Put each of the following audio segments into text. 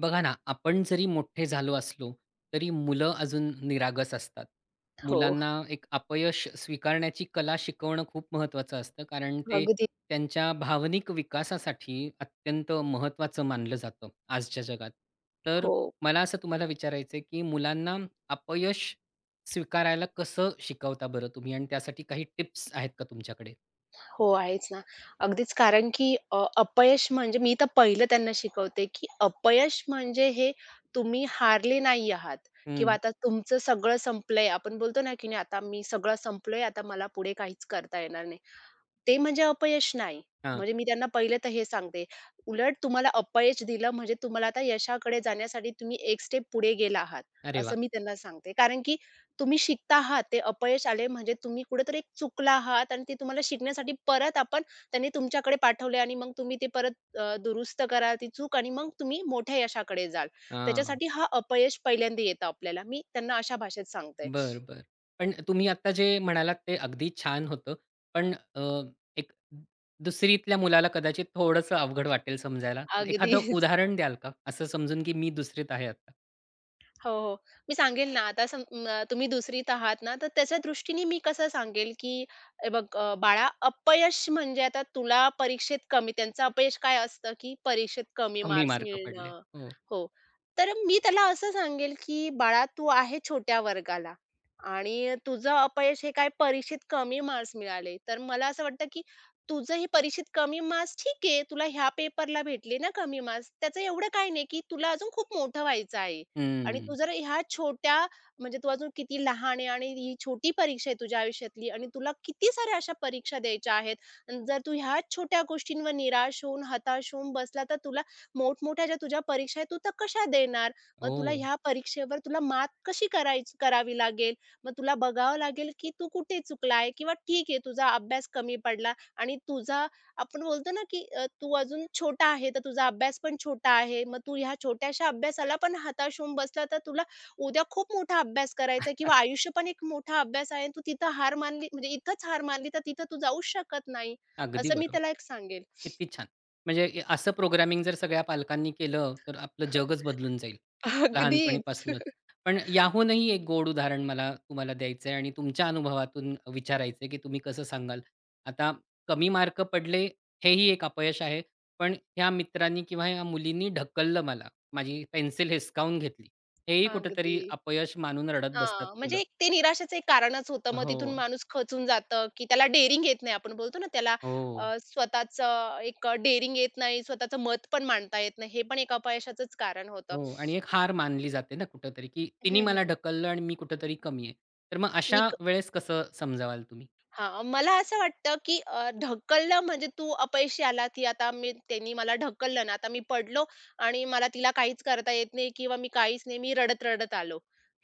बघा ना, आपण जरी मोठे झालो असलो, तरी मुलं अजून निरागस असतात. हो, मुलांना एक अपयश स्वीकारण्याची कला शिकवणं खूप महत्त्वाचं असतं, कारण ते अगदी. त्यांच्या भावनिक विकासासाठी अत्यंत महत्त्वाचं मानलं जातं आजच्या जगात. तर हो, मला असं तुम्हाला विचारायचं की मुलांना अपयश स्वीकारायला कसं शिकवता बरं तुम्ही? आणि त्यासाठी काही टिप्स आहेत का तुमच्याकडे? हो, आहेच ना. अगदीच कारण की अपयश म्हणजे मी तर पहिलं त्यांना शिकवते, की अपयश म्हणजे हे तुम्ही हारले नाही आहात किंवा हं. आता तुमचं सगळं संपलंय. आपण बोलतो ना, की नाही आता मी सगळं संपलोय, आता मला पुढे काहीच करता येणार नाही. ते म्हणजे अपयश नाही. हां. म्हणजे मी त्यांना पहिले तर हे सांगते. उलट तुम्हाला अपयश दिलं म्हणजे तुम्हाला आता यशाकडे जाण्यासाठी तुम्ही एक स्टेप पुढे गेला आहात, अरे वाह! असं मी त्यांना सांगते. कारण की तुम्ही शिकता आहात. ते अपयश आले म्हणजे तुम्ही कुठेतरी एक चुकला आहात आणि ते तुम्हाला शिकण्यासाठी परत आपण त्यांनी तुमच्याकडे पाठवले आणि मग तुम्ही ते परत दुरुस्त करा ती चूक आणि मग तुम्ही मोठ्या यशाकडे जाल. त्याच्यासाठी हा अपयश पहिल्यांदा येतं आपल्याला. मी त्यांना अशा भाषेत सांगते. बरं, बरं. पण तुम्ही आता जे म्हणालात ते अगदी छान होतं. पण एक दुसरीतल्या मुलाला कदाचित थोडंसं अवघड वाटेल समजायला. तर अगदी एखादं उदाहरण द्याल का? असं समजून की मी दुसरीत आहे आता. हो, हो. मी सांगेल ना आता तुम्ही दुसरीत आहात ना, तर त्याच्या दृष्टीने मी कसं सांगेल, की हे बघ बाळा अपयश म्हणजे आता तुला परीक्षेत कमी त्यांचं अपयश काय असतं, की परीक्षेत कमी कमी मार्क्स मार्क पडले. मिळणं. हो. हो. तर मी त्याला असं सांगेल, की "बाळा तू आहे छोट्या वर्गाला आणि तुझं अपयश हे काय परीक्षेत कमी मार्क्स मिळाले." तर मला असं वाटतं, की तुझं हे परीक्षेत कमी मार्क्स ठीक आहे, तुला ह्या पेपरला भेटले ना कमी मार्क्स. त्याचं एवढं काही नाही, की तुला अजून खूप मोठं व्हायचं आहे. आणि तू हं. जर ह्या छोट्या म्हणजे तू अजून किती लहान आहे आणि ही छोटी परीक्षा आहे तुझ्या आयुष्यातली आणि तुला किती साऱ्या अशा परीक्षा द्यायच्या आहेत. अन् जर तू ह्याच छोट्या गोष्टींवर निराश होऊन, हताश होऊन बसला, तर तुला मोठमोठ्या ज्या तुझ्या परीक्षा आहेत, तू त्या कशा देणार? मग तुला हो. ह्या परीक्षेवर तुला मात कशी करायची करावी लागेल? मग तुला बघावं लागेल, की तू कुठे चुकला किंवा ठीक आहे तुझा अभ्यास कमी पडला आणि तुझा आपण बोलतो ना, की तू अजून छोटा आहे, तर तुझा अभ्यास पण छोटा आहे. मग तू ह्या छोट्याशा अभ्यासाला पण हताश होऊन बसला, तर तुला उद्या खूप मोठा अभ्यास करायचा आहे किंवा आयुष्य पण एक मोठा अभ्यास आहे. तू तिथं हार मानली म्हणजे इथंच हार मानली, तर तिथं तू जाऊच शकत नाही. अगदी असं मी बरोबर. त्याला एक सांगेल. किती छान! म्हणजे ए असं प्रोग्रामिंग जर सगळ्या पालकांनी केलं, तर आपलं जगच बदलून जाईल, अगदीच. लहानपणीपासूनच. पण याहूनही एक गोड उदाहरण मला तुम्हाला द्यायचं आहे आणि तुमच्या अनुभवातून विचारायचं आहे, की तुम्ही कसं सांगाल? आता कमी मार्क पडले, हेही एक अपयश आहे. पण ह्या मित्रांनी किंवा ह्या मुलींनी ढकललं मला, माझी पेन्सिल हिसकावून घेतली. हेही कुठेतरी अगदी. अपयश मानून रडत बसतात हां, म्हणजे मुलं. एक ते निराशेचं एक कारणच होतं. मग तिथून हो, माणूस खचून जातं, की त्याला डेअरिंग येत नाही. आपण बोलतो ना त्याला हो. स्वतःचं एक डेअरिंग येत नाही, स्वतःचं मत पण मांडता येत नाही. हे पण एक अपयशाचंच कारण होतं. हो आणि एक हार मानली जाते ना कुठेतरी, की तिनी हं, मला हं. ढकललं आणि मी कुठेतरी कमी आहे. तर मग मी अशा वेळेस कसं समजावाल तुम्ही? हां, मला असं वाटतं, की ढकलणं म्हणजे तू अपयशी आला, की आता मी त्यांनी मला ढकललं ना, आता मी पडलो आणि मला तिला काहीच करता येत नाही किंवा मी काहीच नाही, मी रडत-रडत आलो.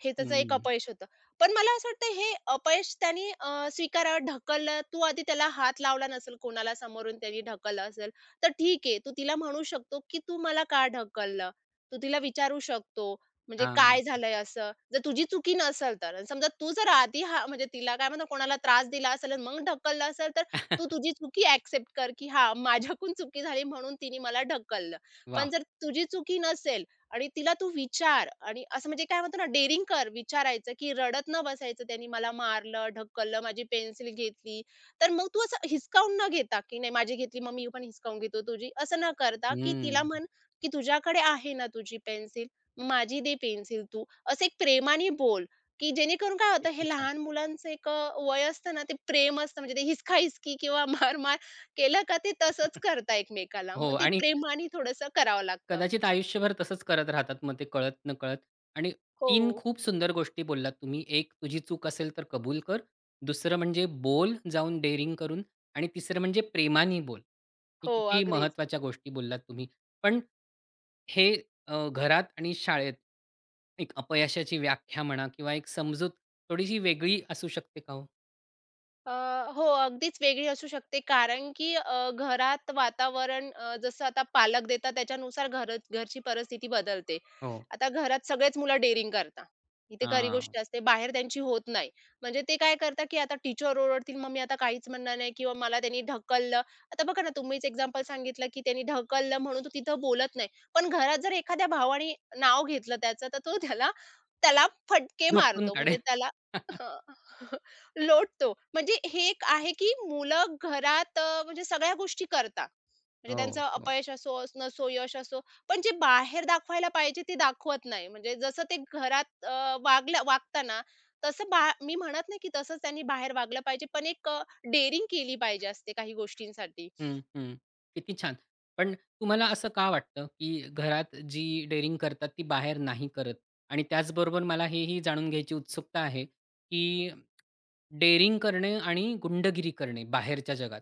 हे त्याचं एक हं. अपयश होतं. पण मला असं वाटतं हे अपयश त्याने स्वीकारावं, ढकललं. तू आधी त्याला हात लावला नसेल कोणाला समोरून त्यांनी ढकललं असेल, तर ठीक आहे. तू तिला म्हणू शकतो, की "तू मला का ढकललं?" तू तिला विचारू शकतो. म्हणजे हां, काय झालंय असं? जर तुझी चुकी नसेल तर. आणि समजा तू जर आधी हां, म्हणजे तिला काय म्हणतात कोणाला त्रास दिला असेल आणि मग ढकललं असेल, तर तू तुझी चुकी ॲक्सेप्ट कर, की हां, माझ्याकडून चुकी झाली म्हणून तिने मला ढकललं. वाह! पण जर तुझी चुकी नसेल आणि तिला तू विचार आणि असं म्हणजे काय म्हणतो ना डेअरिंग कर विचारायचं, की रडत न बसायचं, "त्याने मला मारलं, ढकललं, माझी पेन्सिल घेतली." तर मग तू असं हिसकावून न घेता, की "नाही माझी घेतली, मग मी पण हिसकावून घेतो तुझी." असं न करता, की हं, तिला म्हण, की "तुझ्याकडे आहे ना तुझी पेन्सिल? माझी दे पेन्सिल तू. असं एक प्रेमाने बोल, की जेणेकरून काय होतं किती हे छान. लहान मुलांचं एक वय असतं ना, ते प्रेम असतं म्हणजे ते हिसका-हिसकी किंवा मार-मार केलं का ते तसंच करतात एकमेकाला. मग हो ते आणि प्रेमाने थोडंसं करावं लागतं. कदाचित आयुष्यभर तसंच करत राहतात मग ते कळत-नकळत. आणि हो. 3 खूप सुंदर गोष्टी बोललात तुम्ही. एक तुझी चूक असेल तर कबूल कर. दुसरं म्हणजे बोल जाऊन डेअरिंग करून आणि तिसरं म्हणजे प्रेमाने बोल. हे हो, किती अगदीच. महत्त्वाच्या गोष्टी बोललात तुम्ही. पण हे घरात आणि शाळेत एक अपयशाची व्याख्या म्हणा किंवा एक समजूत थोडीशी वेगळी असू शकते का हो? अ, हो, अगदीच वेगळी असू शकते कारण की घरात वातावरण जसं आता पालक देतात त्याच्यानुसार घर घरची परिस्थिती बदलते. हो. आता घरात सगळेच मुलं डेअरिंग करतात. ही तर खरी हां. गोष्ट असते. बाहेर त्यांची होत नाही. म्हणजे ते काय करतात की आता टीचर ओरडतील, मग मी आता काहीच म्हणणार नाही किंवा मला त्यांनी ढकललं. आता बघा ना, तुम्हीच एक्झाम्पल सांगितलं की त्यांनी ढकललं म्हणून तो तिथं बोलत नाही. पण घरात जर एखाद्या भावाने नाव घेतलं त्याचं, तर तो त्याला त्याला फटके झोपून मारतो. म्हणजे काढेल. त्याला लोटतो. म्हणजे हे एक आहे, की मुलं घरात म्हणजे सगळ्या गोष्टी करतात. म्हणजे त्यांचं हो, हो. अपयश असो, नसो, यश असो, पण जे बाहेर दाखवायला पाहिजे ते दाखवत नाही. म्हणजे जसं ते घरात वागताना तसं मी म्हणत नाही, की तसंच त्यांनी बाहेर वागलं पाहिजे, पण एक डेअरिंग केली पाहिजे असते काही गोष्टींसाठी. हं, हं. किती छान. पण तुम्हाला असं का वाटतं, की घरात जी डेअरिंग करतात ती बाहेर नाही करत? आणि त्याचबरोबर मला हेही जाणून घ्यायची उत्सुकता आहे, की डेअरिंग करणे आणि गुंडगिरी करणे बाहेरच्या जगात,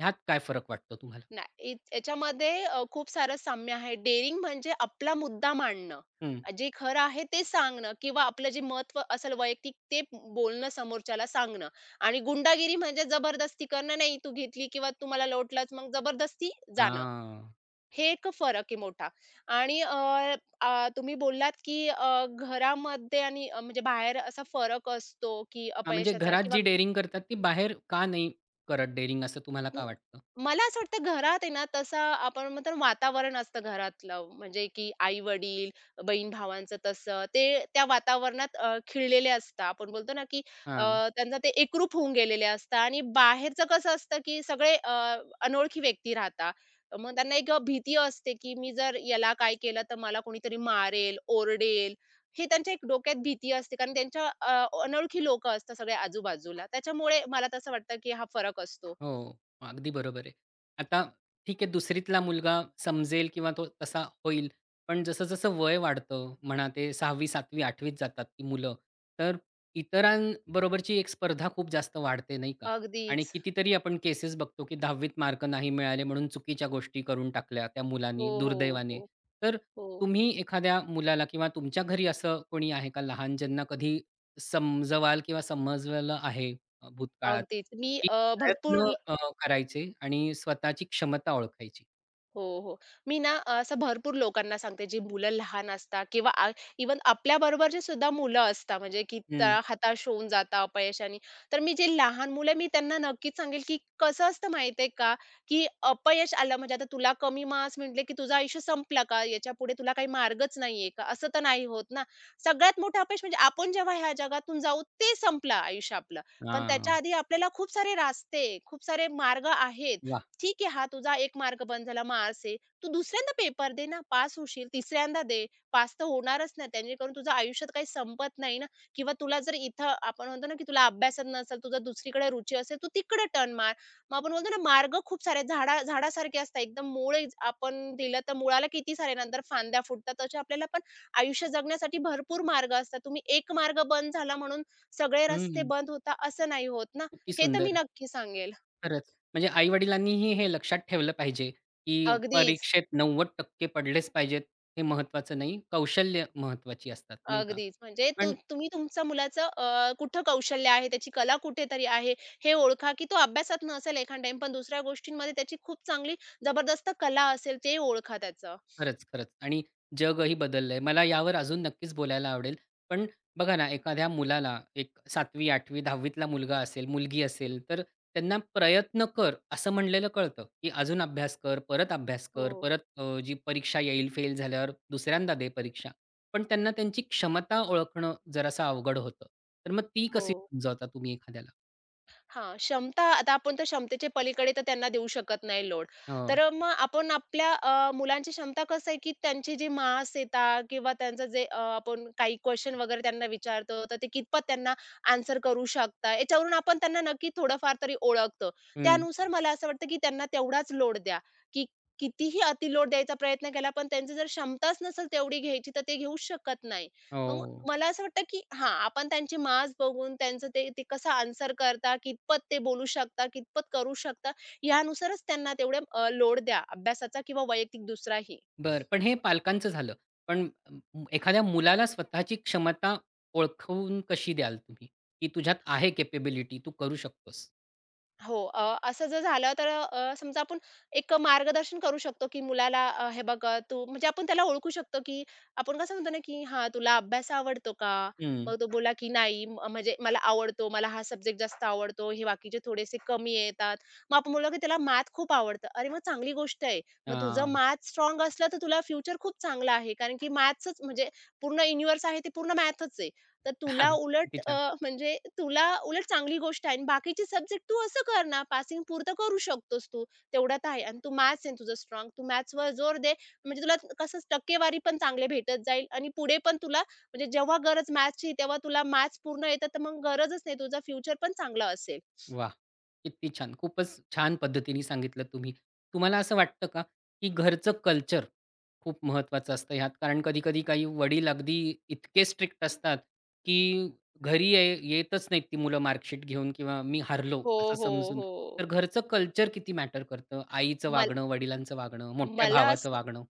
ह्यात काय फरक वाटतो तुम्हाला? नाही, याच्यामध्ये खूप सारं साम्य आहे. डेअरिंग म्हणजे आपला मुद्दा मांडणं. हं. जे खरं आहे ते सांगणं किंवा आपलं जे महत्त्व असेल वैयक्तिक ते बोलणं समोरच्याला सांगणं आणि गुंडागिरी म्हणजे जबरदस्ती करणं. नाही तू घेतली किंवा तुम्हाला लोटलंच मग जबरदस्ती जाणं. हां. हे एक फरक आहे मोठा आणि अ, अ, तुम्ही बोललात की घरामध्ये आणि म्हणजे बाहेर असा फरक असतो की हां, म्हणजे अपयशाचा घरात किंवा जी डेअरिंग करतात ती बाहेर का नाही करत डेअरिंग असं तुम्हाला का गु- वाटतं? मला असं वाटतं घरात आहे ना तसं आपण म्हणतो ना वातावरण असतं घरातलं म्हणजे की आई-वडील, बहीण-भावांचं तसं. ते त्या वातावरणात खिळलेले असतात. आपण बोलतो ना की अ, हां. त्यांचं ते एकरूप होऊन गेलेले असतात आणि बाहेरचं कसं असतं की सगळे अनोळखी व्यक्ती राहतात. मग त्यांना एक भीती असते की मी जर याला काय केलं तर मला कोणीतरी मारेल, ओरडेल. हे त्यांच्या एक डोक्यात भीती असते कारण त्यांच्या अनोळखी लोकं असतात सगळ्या आजूबाजूला. त्याच्यामुळे मला तसं वाटतं की हा फरक असतो. हो, अगदी बरोबर आहे. आता ठीक आहे, दुसरीतला मुलगा समजेल किंवा तो तसा होईल. पण जसं-जसं वय वाढतं म्हणा ते 6वी, 7वी, 8वी त जातात ती मुलं, तर इतरांबरोबरची एक स्पर्धा खूप जास्त वाढते, नाही का? आणि अगदीच. कितीतरी आपण केसेस बघतो, की 10वी मार्क नाही मिळाले म्हणून चुकीच्या गोष्टी करून टाकल्या त्या हो, मुलांनी हो, दुर्दैवाने. हो, तर हो. तुम्ही एखाद्या मुलाला किंवा तुमच्या घरी असं कोणी आहे का लहान ज्यांना कधी समजवाल किंवा समजवलं आहे भूतकाळात? अगदीच. मी प्रयत्न भरपूर अ, करायचे आणि स्वतःची क्षमता ओळखायची. हो, हो. मी ना असं भरपूर लोकांना सांगते, जी मुलं लहान असतात किंवा इव्हन आपल्याबरोबरची सुद्धा मुलं असतात, म्हणजे की हं. त्या हताश होऊन जातात अपयशाने. तर मी जे लहान मुलं आहे, मी त्यांना नक्कीच सांगेल, की कसं असतं माहिती का, की अपयश आलं म्हणजे आता तुला कमी मार्क्स म्हटले, की तुझं आयुष्य संपलं का? याच्यापुढे तुला काही मार्गच नाहीये का? असं तर नाही होत ना. सगळ्यात मोठं अपयश म्हणजे आपण जेव्हा ह्या जगातून जाऊ, ते संपलं आयुष्य आपलं. पण त्याच्या हां. आधी आपल्याला खूप सारे रास्ते, खूप सारे मार्ग आहेत. वाह! ठीक आहे हा तुझा एक मार्क बंद झाला मार्क्स आहे. तू दुसऱ्यांदा पेपर दे ना, पास होशील. तिसऱ्यांदा दे, पास तर होणारच नाही. त्याने तुझं आयुष्यात काही संपत नाही ना किंवा तुला जर इथं आपण म्हणतो ना, की तुला अभ्यासात नसेल, तुझं दुसरीकडे रुची असेल, तू तिकडे टर्न मार. मग आपण बोलतो ना मार्ग खूप सारे झाडा झाडासारखे असतात. एकदम मुळे आपण दिलं तर मुळाला किती सारे नंतर फांद्या फुटतात. तसे आपल्याला पण आयुष्य जगण्यासाठी भरपूर मार्ग असतात. तुम्ही एक मार्ग बंद झाला म्हणून सगळे रस्ते हं. बंद होता असं नाही होत ना. किती हे तर मी सुंदर. नक्की सांगेल. खरंच. म्हणजे आई-वडिलांनीही हे लक्षात ठेवलं पाहिजे, की अगदीच. परीक्षेत 90% पडलेच पाहिजेत, हे महत्त्वाचं नाही. कौशल्य महत्त्वाची असतात, नाही का? अगदीच. म्हणजे पण तुम्ही तुमच्या मुलाचं कुठं कौशल्य आहे, त्याची कला कुठेतरी आहे, हे ओळखा, की तो अभ्यासात नसेल एखाद टाईम, पण दुसऱ्या गोष्टींमध्ये त्याची खूप चांगली जबरदस्त कला असेल, ते ओळखा त्याचं. खरंच, खरंच आणि जगही बदललंय. मला यावर अजून नक्कीच बोलायला आवडेल. पण बघा ना, एखाद्या मुलाला एक 7वी, 8वी 10वीतला मुलगा असेल, मुलगी असेल, तर त्यांना "प्रयत्न कर" असं म्हणलेलं कळतं, की अजून अभ्यास कर, परत अभ्यास हो, कर, परत जी परीक्षा येईल फेल झाल्यावर दुसऱ्यांदा दे परीक्षा. पण त्यांना त्यांची क्षमता ओळखणं जरासं अवघड होतं. तर मग ती हो. कशी समजावता तुम्ही एखाद्याला? हां, क्षमता आता आपण त्या क्षमतेच्या पलीकडे तर त्यांना देऊ शकत नाही लोड. हो. तर मग आपण आपल्या मुलांची क्षमता कसं आहे, की त्यांची जी मार्क्स येतात किंवा त्यांचं जे आपण काही क्वेशन वगैरे त्यांना विचारतो, तर ते कितपत त्यांना आन्सर करू शकतात, याच्यावरून आपण त्यांना नक्की थोडंफार तरी ओळखतो. हं. त्यानुसार मला असं वाटतं, की त्यांना तेवढाच लोड द्या, की कितीही अतिलोड द्यायचा प्रयत्न केला, पण त्यांची जर क्षमताच नसेल तेवढी घ्यायची, तर ते घेऊच शकत नाही. मग हो. मला असं वाटतं, की हां, आपण त्यांची माज बघून त्यांचं ते ते कसं आन्सर करता, कितपत ते बोलू शकता, कितपत करू शकता, यानुसारच त्यांना तेवढे लोड द्या अभ्यासाचा किंवा वैयक्तिक दुसराही. बरं. पण हे पालकांचं झालं. पण एखाद्या मुलाला स्वतःची क्षमता ओळखवून कशी द्याल तुम्ही? की तुझ्यात आहे कॅपेबिलिटी, तू करू शकतोस? हो. असं जर झालं तर समजा आपण एक मार्गदर्शन करू शकतो, की मुलाला हे बघ तू म्हणजे आपण त्याला ओळखू शकतो, की आपण कसं म्हणतो ना, की "हां, तुला अभ्यास आवडतो का?" मग हं. तो बोलला, की "नाही, म्हणजे मला आवडतो. मला हा सब्जेक्ट जास्त आवडतो. हे बाकीचे थोडेसे कमी येतात." मग आपण बोललो, की "त्याला मॅथ खूप आवडतं." अरे, मग चांगली गोष्ट आहे. मग तुझं हां. मॅथ स्ट्राँग असलं तर तुला फ्युचर खूप चांगलं आहे. कारण की मॅथ्सच म्हणजे पूर्ण युनिव्हर्स आहे ते पूर्ण मॅथच आहे. तर तुला किती उलट छान. म्हणजे तुला उलट चांगली गोष्ट आहे आणि बाकीचे सब्जेक्ट तू असं कर ना, पासिंग पुरतं करू शकतोस तू, तेवढ्यात आहे आणि तू मॅथ्स आहे तुझं स्ट्राँग. तू मॅथ्सवर जोर दे, म्हणजे तुला कसं टक्केवारी पण चांगले भेटत जाईल आणि पुढे पण तुला म्हणजे जेव्हा गरज मॅथ्सची तेव्हा तुला मॅथ्स पूर्ण येतं, तर मग गरजच नाही. तुझा फ्युचर पण चांगला असेल. वाह! किती छान. खूपच छान पद्धतीने सांगितलं तुम्ही. तुम्हाला असं वाटतं का, की घरचं कल्चर खूप महत्त्वाचं असतं ह्यात? कारण कधी-कधी काही वडील अगदी इतके स्ट्रिक्ट असतात, की घरी ये येतच नाहीत ती मुलं मार्कशीट घेऊन किंवा मी हारलो हो, असं हो, समजून. हो. तर घरचं कल्चर किती मॅटर करतं? आईचं मल वागणं, वडिलांचं वागणं, मोठ्या मला भावाचं असं वागणं.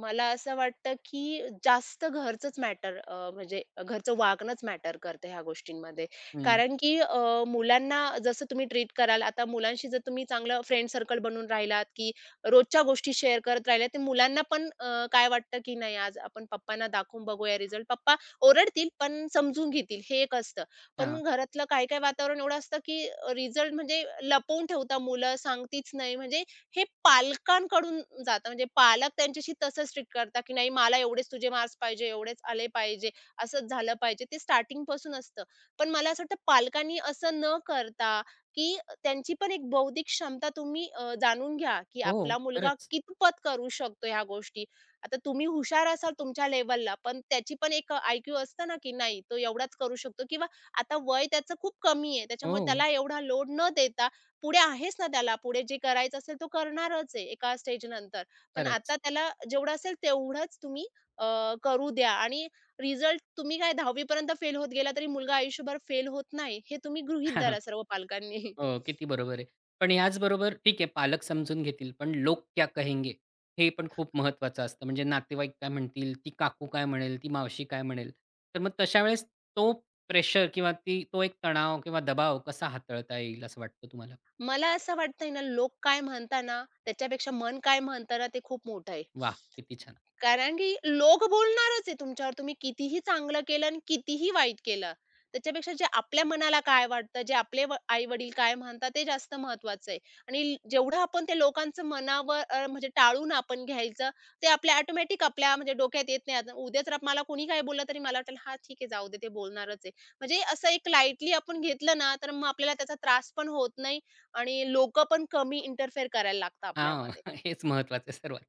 मला असं वाटतं, की जास्त घरचंच मॅटर म्हणजे घरचं वागणंच मॅटर करतं ह्या गोष्टींमध्ये. हं. कारण की मुलांना जसं तुम्ही ट्रीट कराल, आता मुलांशी जर तुम्ही चांगलं फ्रेंड सर्कल बनवून राहिलात, की रोजच्या गोष्टी शेअर करत राहिल्या, तर मुलांना पण काय वाटतं, की नाही आज आपण पप्पांना दाखवून बघूया रिझल्ट. पप्पा ओरडतील, पण समजून घेतील हे एक असतं. पण हां. घरातलं काही-काही वातावरण एवढं असतं, की रिझल्ट म्हणजे लपवून ठेवता मुलं, सांगतीच नाही. म्हणजे हे पालकांकडून जातं. म्हणजे पालक त्यांच्याशी तसं स्ट्रिक्ट करतात, की नाही मला एवढेच तुझे मार्क्स पाहिजे, एवढेच आले पाहिजे, असंच झालं पाहिजे. ते स्टार्टिंगपासून असतं. पण मला असं वाटतं पालकांनी असं न करता, की त्यांची पण एक बौद्धिक क्षमता तुम्ही जाणून घ्या, की हो. आपला मुलगा खरंच. कितपत करू शकतो ह्या गोष्टी. आता तुम्ही हुशार असाल तुमच्या लेव्हलला, पण त्याची पण एक आय-क्यू असतं ना, की नाही तो एवढाच करू शकतो किंवा आता वय त्याचं खूप कमी आहे. हो. त्याच्यामुळे त्याला एवढा लोड न देता पुढे आहेस ना त्याला, पुढे जे करायचं असेल तो करणारच आहे एका स्टेजनंतर. पण खरंच. आता त्याला जेवढं असेल तेवढंच तुम्ही अ, करू द्या आणि रिझल्ट तुम्ही काय 10वी पर्यंत फेल होत गेला तरी मुलगा आयुष्यभर फेल होत नाही, हे तुम्ही गृहीत धरा सर्व पालकांनी. हो, किती बरोबर आहे. पण ह्याचबरोबर ठीक आहे पालक समजून घेतील, पण लोक क्या कहेंगे? हे पण खूप महत्त्वाचं असतं. म्हणजे नातेवाईक काय म्हणतील? ती काकू काय म्हणेल? ती मावशी काय म्हणेल? तर मग तशा वेळेस तो प्रेशर किंवा ती तो एक तणाव किंवा दबाव कसा हाताळता येईल असं वाटतं तुम्हाला? मला असं वाटतंय ना, लोक काय म्हणता ना, त्याच्यापेक्षा मन काय म्हणतं ना, ते खूप मोठं आहे. वाह! किती छान. कारण की लोक बोलणारच आहे तुमच्यावर. तुम्ही कितीही चांगलं केलं आणि कितीही वाईट केलं. त्याच्यापेक्षा जे आपल्या मनाला काय वाटतं, जे आपले व आई-वडील काय म्हणतात ते जास्त महत्त्वाचं आहे. आणि जेवढं आपण त्या लोकांचं मनावर म्हणजे टाळून आपण घ्यायचं, ते आपल्या ऑटोमॅटिक आपल्या म्हणजे डोक्यात येत नाही. आता उद्या जर मला कोणी काही बोललं तरी मला वाटेल, "हां, ठीक आहे, जाऊ दे, ते बोलणारच आहे." म्हणजे असं एक लाईटली आपण घेतलं ना, तर मग आपल्याला त्याचा त्रास पण होत नाही आणि लोकं पण कमी इंटरफेअर करायला लागतात हां, आपल्यामध्ये. हेच महत्त्वाचं आहे सर्वात.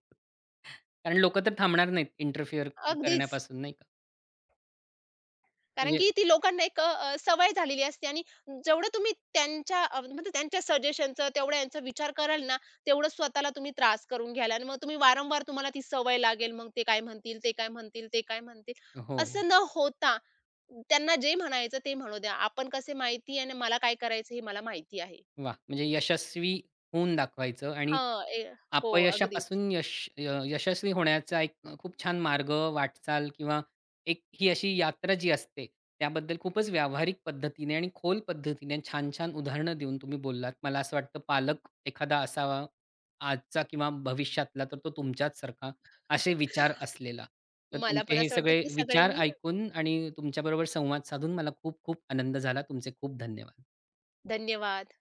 कारण लोकं तर थांबणार नाहीत इंटरफिअर अगदीच. करण्यापासून नाही का? कारण म्हणजे की ती लोकांना एक अ, अ, सवय झालेली असते आणि जेवढं तुम्ही त्यांच्या म्हणजे त्यांच्या सजेशनचं तेवढा यांचा विचार कराल ना, तेवढं स्वतःला तुम्ही त्रास करून घ्याल आणि मग तुम्ही वारंवार तुम्हाला ती सवय लागेल. मग ते काय म्हणतील, ते काय म्हणतील, ते काय म्हणतील, हो, हो. असं न होता त्यांना जे म्हणायचं ते म्हणू द्या. आपण कसे माहिती आणि मला काय करायचं हे मला माहिती आहे. वाह! म्हणजे यशस्वी होऊन दाखवायचं आणि हां. हो, अगदीच. अपयशापासून यश यशस्वी होण्याचा एक खूप छान मार्ग, वाटचाल किंवा एक ही अशी यात्रा जी असते, त्याबद्दल खूपच व्यावहारिक पद्धतीने आणि खोल पद्धतीने छान-छान उदाहरणं देऊन तुम्ही बोललात. मला असं वाटतं पालक एखादा असावा आजचा किंवा भविष्यातला, तर तो तुमच्याच सारखा असे विचार असलेला. तर मला तुमचे पण हे असं वाटतं सगळे की विचार सगळ्यांनी ऐकून आणि तुमच्याबरोबर संवाद साधून मला खूप खूप आनंद झाला. तुमचे खूप धन्यवाद. धन्यवाद.